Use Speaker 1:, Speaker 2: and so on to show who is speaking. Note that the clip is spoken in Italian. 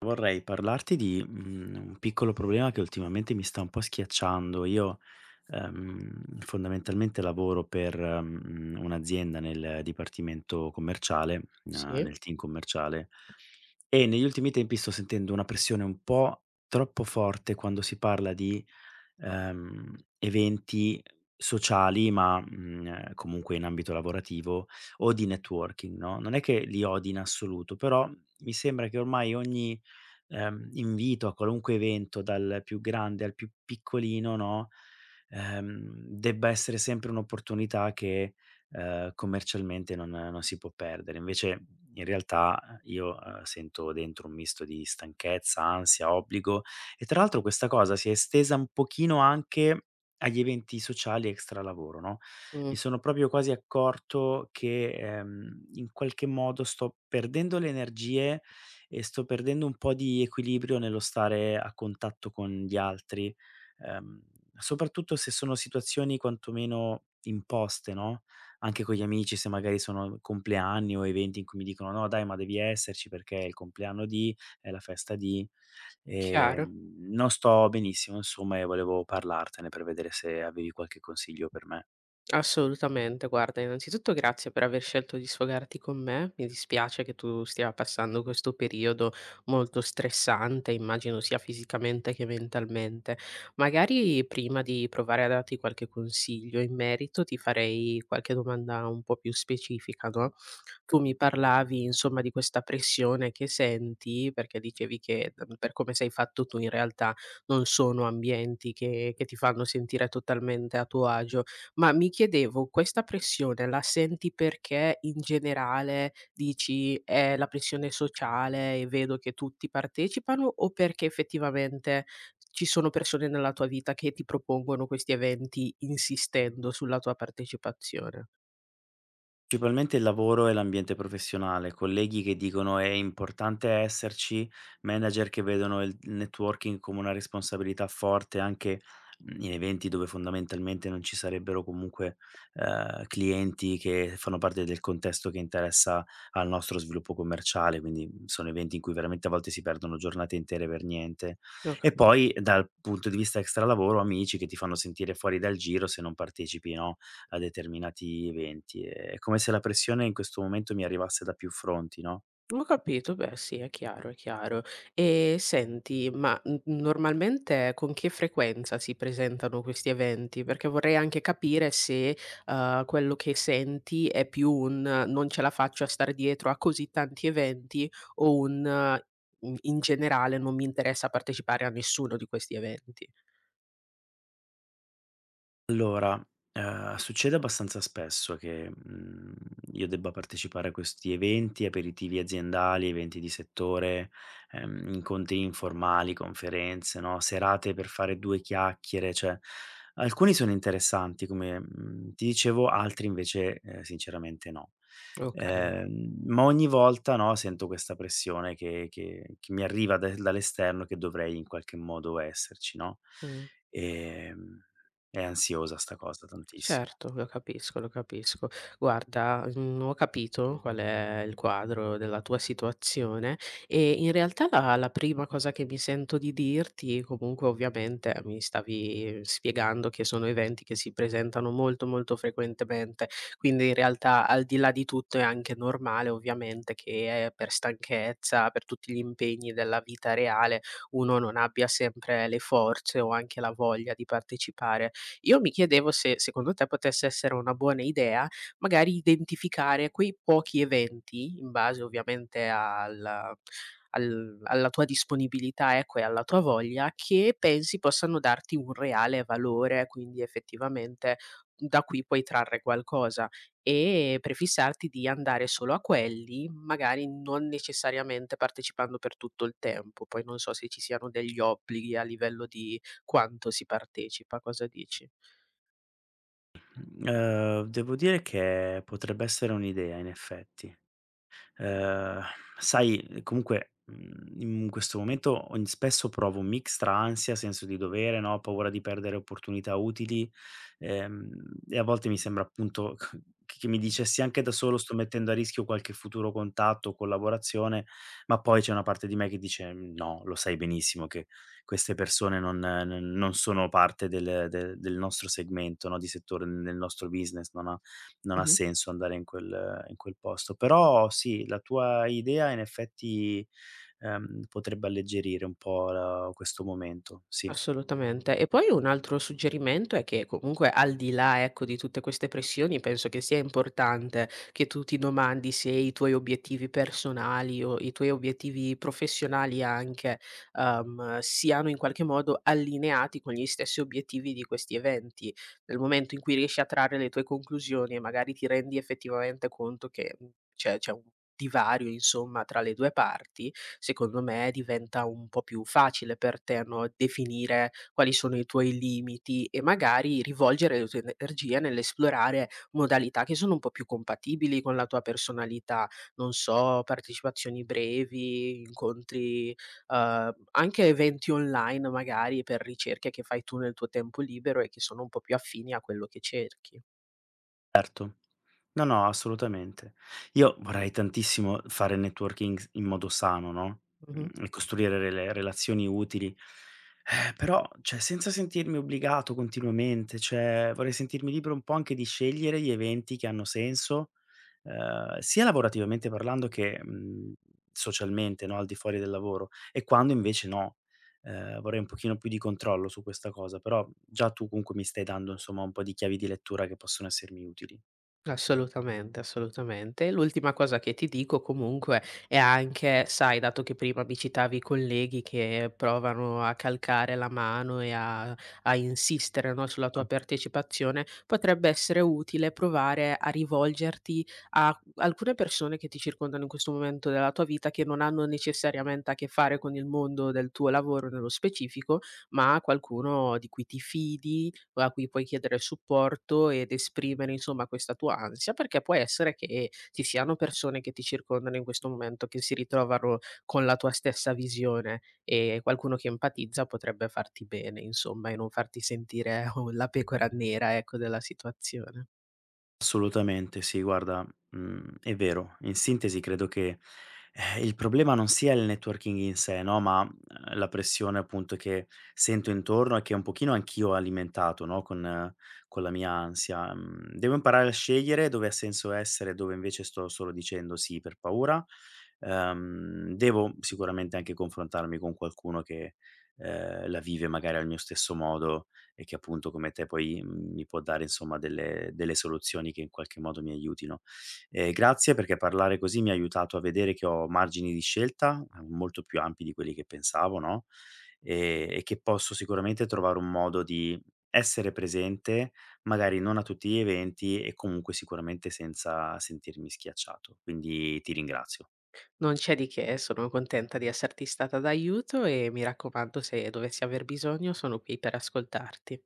Speaker 1: Vorrei parlarti di, un piccolo problema che ultimamente mi sta un po' schiacciando. Io fondamentalmente lavoro per, un'azienda nel dipartimento commerciale, na
Speaker 2: Sì,
Speaker 1: nel team commerciale, e negli ultimi tempi sto sentendo una pressione un po' troppo forte quando si parla di eventi sociali, ma, comunque in ambito lavorativo o di networking, no, non è che li odi in assoluto, però mi sembra che ormai ogni invito a qualunque evento, dal più grande al più piccolino, no, debba essere sempre un'opportunità che, commercialmente non si può perdere. Invece in realtà io sento dentro un misto di stanchezza, ansia, obbligo e tra l'altro questa cosa si è estesa un pochino anche agli eventi sociali extra lavoro, no,
Speaker 2: mh,
Speaker 1: mi sono proprio quasi accorto che, in qualche modo sto perdendo le energie e sto perdendo un po' di equilibrio nello stare a contatto con gli altri, ehm, soprattutto se sono situazioni quantomeno imposte, no, anche con gli amici se magari sono compleanni o eventi in cui mi dicono: "No dai, ma devi esserci perché è il compleanno di, è la festa di".
Speaker 2: chiaro.
Speaker 1: Non sto benissimo insomma e volevo parlartene per vedere se avevi qualche consiglio per me.
Speaker 2: Assolutamente, guarda, innanzitutto grazie per aver scelto di sfogarti con me. Mi dispiace che tu stia passando questo periodo molto stressante, immagino sia fisicamente che mentalmente. Magari prima di provare a darti qualche consiglio in merito, ti farei qualche domanda un po' più specifica, no? Tu mi parlavi, insomma, di questa pressione che senti, perché dicevi che per come sei fatto tu in realtà non sono ambienti che ti fanno sentire totalmente a tuo agio, ma mi chiedevo, questa pressione la senti perché in generale dici: "È la pressione sociale e vedo che tutti partecipano", o perché effettivamente ci sono persone nella tua vita che ti propongono questi eventi insistendo sulla tua partecipazione?
Speaker 1: Principalmente il lavoro e l'ambiente professionale, colleghi che dicono è importante esserci, manager che vedono il networking come una responsabilità forte anche in eventi dove fondamentalmente non ci sarebbero comunque clienti che fanno parte del contesto che interessa al nostro sviluppo commerciale, quindi sono eventi in cui veramente a volte si perdono giornate intere per niente.
Speaker 2: Ho
Speaker 1: E
Speaker 2: capito.
Speaker 1: poi dal punto di vista extra lavoro, amici che ti fanno sentire fuori dal giro se non partecipi, no? A determinati eventi. È come se la pressione in questo momento mi arrivasse da più fronti, no?
Speaker 2: Ho capito, beh sì, è chiaro, è chiaro. E senti, ma, normalmente con che frequenza si presentano questi eventi? Perché vorrei anche capire se, quello che senti è più un: "Non ce la faccio a star dietro a così tanti eventi", o un: "In generale non mi interessa partecipare a nessuno di questi eventi".
Speaker 1: Allora, succede abbastanza spesso che, io debba partecipare a questi eventi, aperitivi aziendali, eventi di settore, incontri informali, conferenze, no, serate per fare 2 chiacchiere, cioè alcuni sono interessanti come, ti dicevo, altri invece, sinceramente no.
Speaker 2: Okay.
Speaker 1: Ma ogni volta, no, sento questa pressione che mi arriva da dall'esterno che dovrei in qualche modo esserci, no,
Speaker 2: Mh.
Speaker 1: ehm è ansiosa 'sta cosa tantissimo.
Speaker 2: Certo, lo capisco, lo capisco. Guarda, ho capito qual è il quadro della tua situazione e in realtà la prima cosa che mi sento di dirti, comunque ovviamente mi stavi spiegando che sono eventi che si presentano molto, molto frequentemente, quindi in realtà al di là di tutto è anche normale ovviamente che, per stanchezza, per tutti gli impegni della vita reale, uno non abbia sempre le forze o anche la voglia di partecipare. Io mi chiedevo se secondo te potesse essere una buona idea magari identificare quei pochi eventi, in base ovviamente al al alla tua disponibilità, ecco, e alla tua voglia, che pensi possano darti un reale valore, quindi effettivamente da cui puoi trarre qualcosa e prefissarti di andare solo a quelli, magari non necessariamente partecipando per tutto il tempo. Poi non so se ci siano degli obblighi a livello di quanto si partecipa, cosa dici?
Speaker 1: Mhmm, Devo dire che potrebbe essere un'idea in effetti. Ehm, Sai comunque, in questo momento ogn spesso provo un mix tra ansia, senso di dovere, no, paura di perdere opportunità utili, ehm, e a volte mi sembra appunto c che mi dicessi: "Anche da solo sto mettendo a rischio qualche futuro contatto o collaborazione", ma poi c'è una parte di me che dice: "Mhmm, no, lo sai benissimo che queste persone non sono parte del nostro segmento, no, di settore, del nostro business, non ha
Speaker 2: Mh-mh.
Speaker 1: senso andare in quel posto. Però sì, la tua idea in effetti, potrebbe alleggerire un po' la questo momento, sì.
Speaker 2: Assolutamente. E poi un altro suggerimento è che comunque al di là, ecco, di tutte queste pressioni, penso che sia importante che tu ti domandi se i tuoi obiettivi personali o i tuoi obiettivi professionali anche, siano in qualche modo allineati con gli stessi obiettivi di questi eventi. Nel momento in cui riesci a trarre le tue conclusioni e magari ti rendi effettivamente conto che, c'è un divario insomma tra le 2 parti, secondo me diventa un po' più facile per te, no, definire quali sono i tuoi limiti e magari rivolgere le tue energie nell'esplorare modalità che sono un po' più compatibili con la tua personalità. Non so, partecipazioni brevi, incontri, anche eventi online magari per ricerche che fai tu nel tuo tempo libero e che sono un po' più affini a quello che cerchi.
Speaker 1: No, no, assolutamente. Io vorrei tantissimo fare networking s in modo sano, no,
Speaker 2: Mh-mh.
Speaker 1: e costruire rele relazioni utili, però, cioè, senza sentirmi obbligato continuamente, cioè, vorrei sentirmi libero un po' anche di scegliere gli eventi che hanno senso, sia lavorativamente parlando che, socialmente, no, al di fuori del lavoro, e quando invece no. Vorrei un pochino più di controllo su questa cosa, però già tu comunque mi stai dando, insomma, un po' di chiavi di lettura che possono essermi utili.
Speaker 2: Assolutamente, assolutamente. E l'ultima cosa che ti dico comunque è anche, sai, dato che prima mi citavi i colleghi che provano a calcare la mano e a insistere, no, sulla tua partecipazione, potrebbe essere utile provare a rivolgerti a alcune persone che ti circondano in questo momento della tua vita che non hanno necessariamente a che fare con il mondo del tuo lavoro nello specifico, ma qualcuno di cui ti fidi, a cui puoi chiedere supporto ed esprimere insomma questa tua ansia, perché può essere che ci siano persone che ti circondano in questo momento, che si ritrovano con la tua stessa visione e qualcuno che empatizza potrebbe farti bene insomma e non farti sentire oh, la pecora nera ecco della situazione.
Speaker 1: Assolutamente sì, guarda, è vero. In sintesi credo che, il problema non sia il networking in sé, no, ma, la pressione appunto che sento intorno e che un pochino anch'io ho alimentato, no, con la mia ansia. Mhmm, Devo imparare a scegliere dove ha senso essere e dove invece sto solo dicendo sì per paura. Devo sicuramente anche confrontarmi con qualcuno che, la vive magari al mio stesso modo e che appunto come te poi mi può dare insomma delle soluzioni che in qualche modo mi aiutino. Grazie perché parlare così mi ha aiutato a vedere che ho margini di scelta molto più ampi di quelli che pensavo, no? E che posso sicuramente trovare un modo di essere presente, magari non a tutti gli eventi e comunque sicuramente senza sentirmi schiacciato. Quindi ti ringrazio.
Speaker 2: Non c'è di che, sono contenta di esserti stata d'aiuto e mi raccomando, se dovessi aver bisogno sono qui per ascoltarti.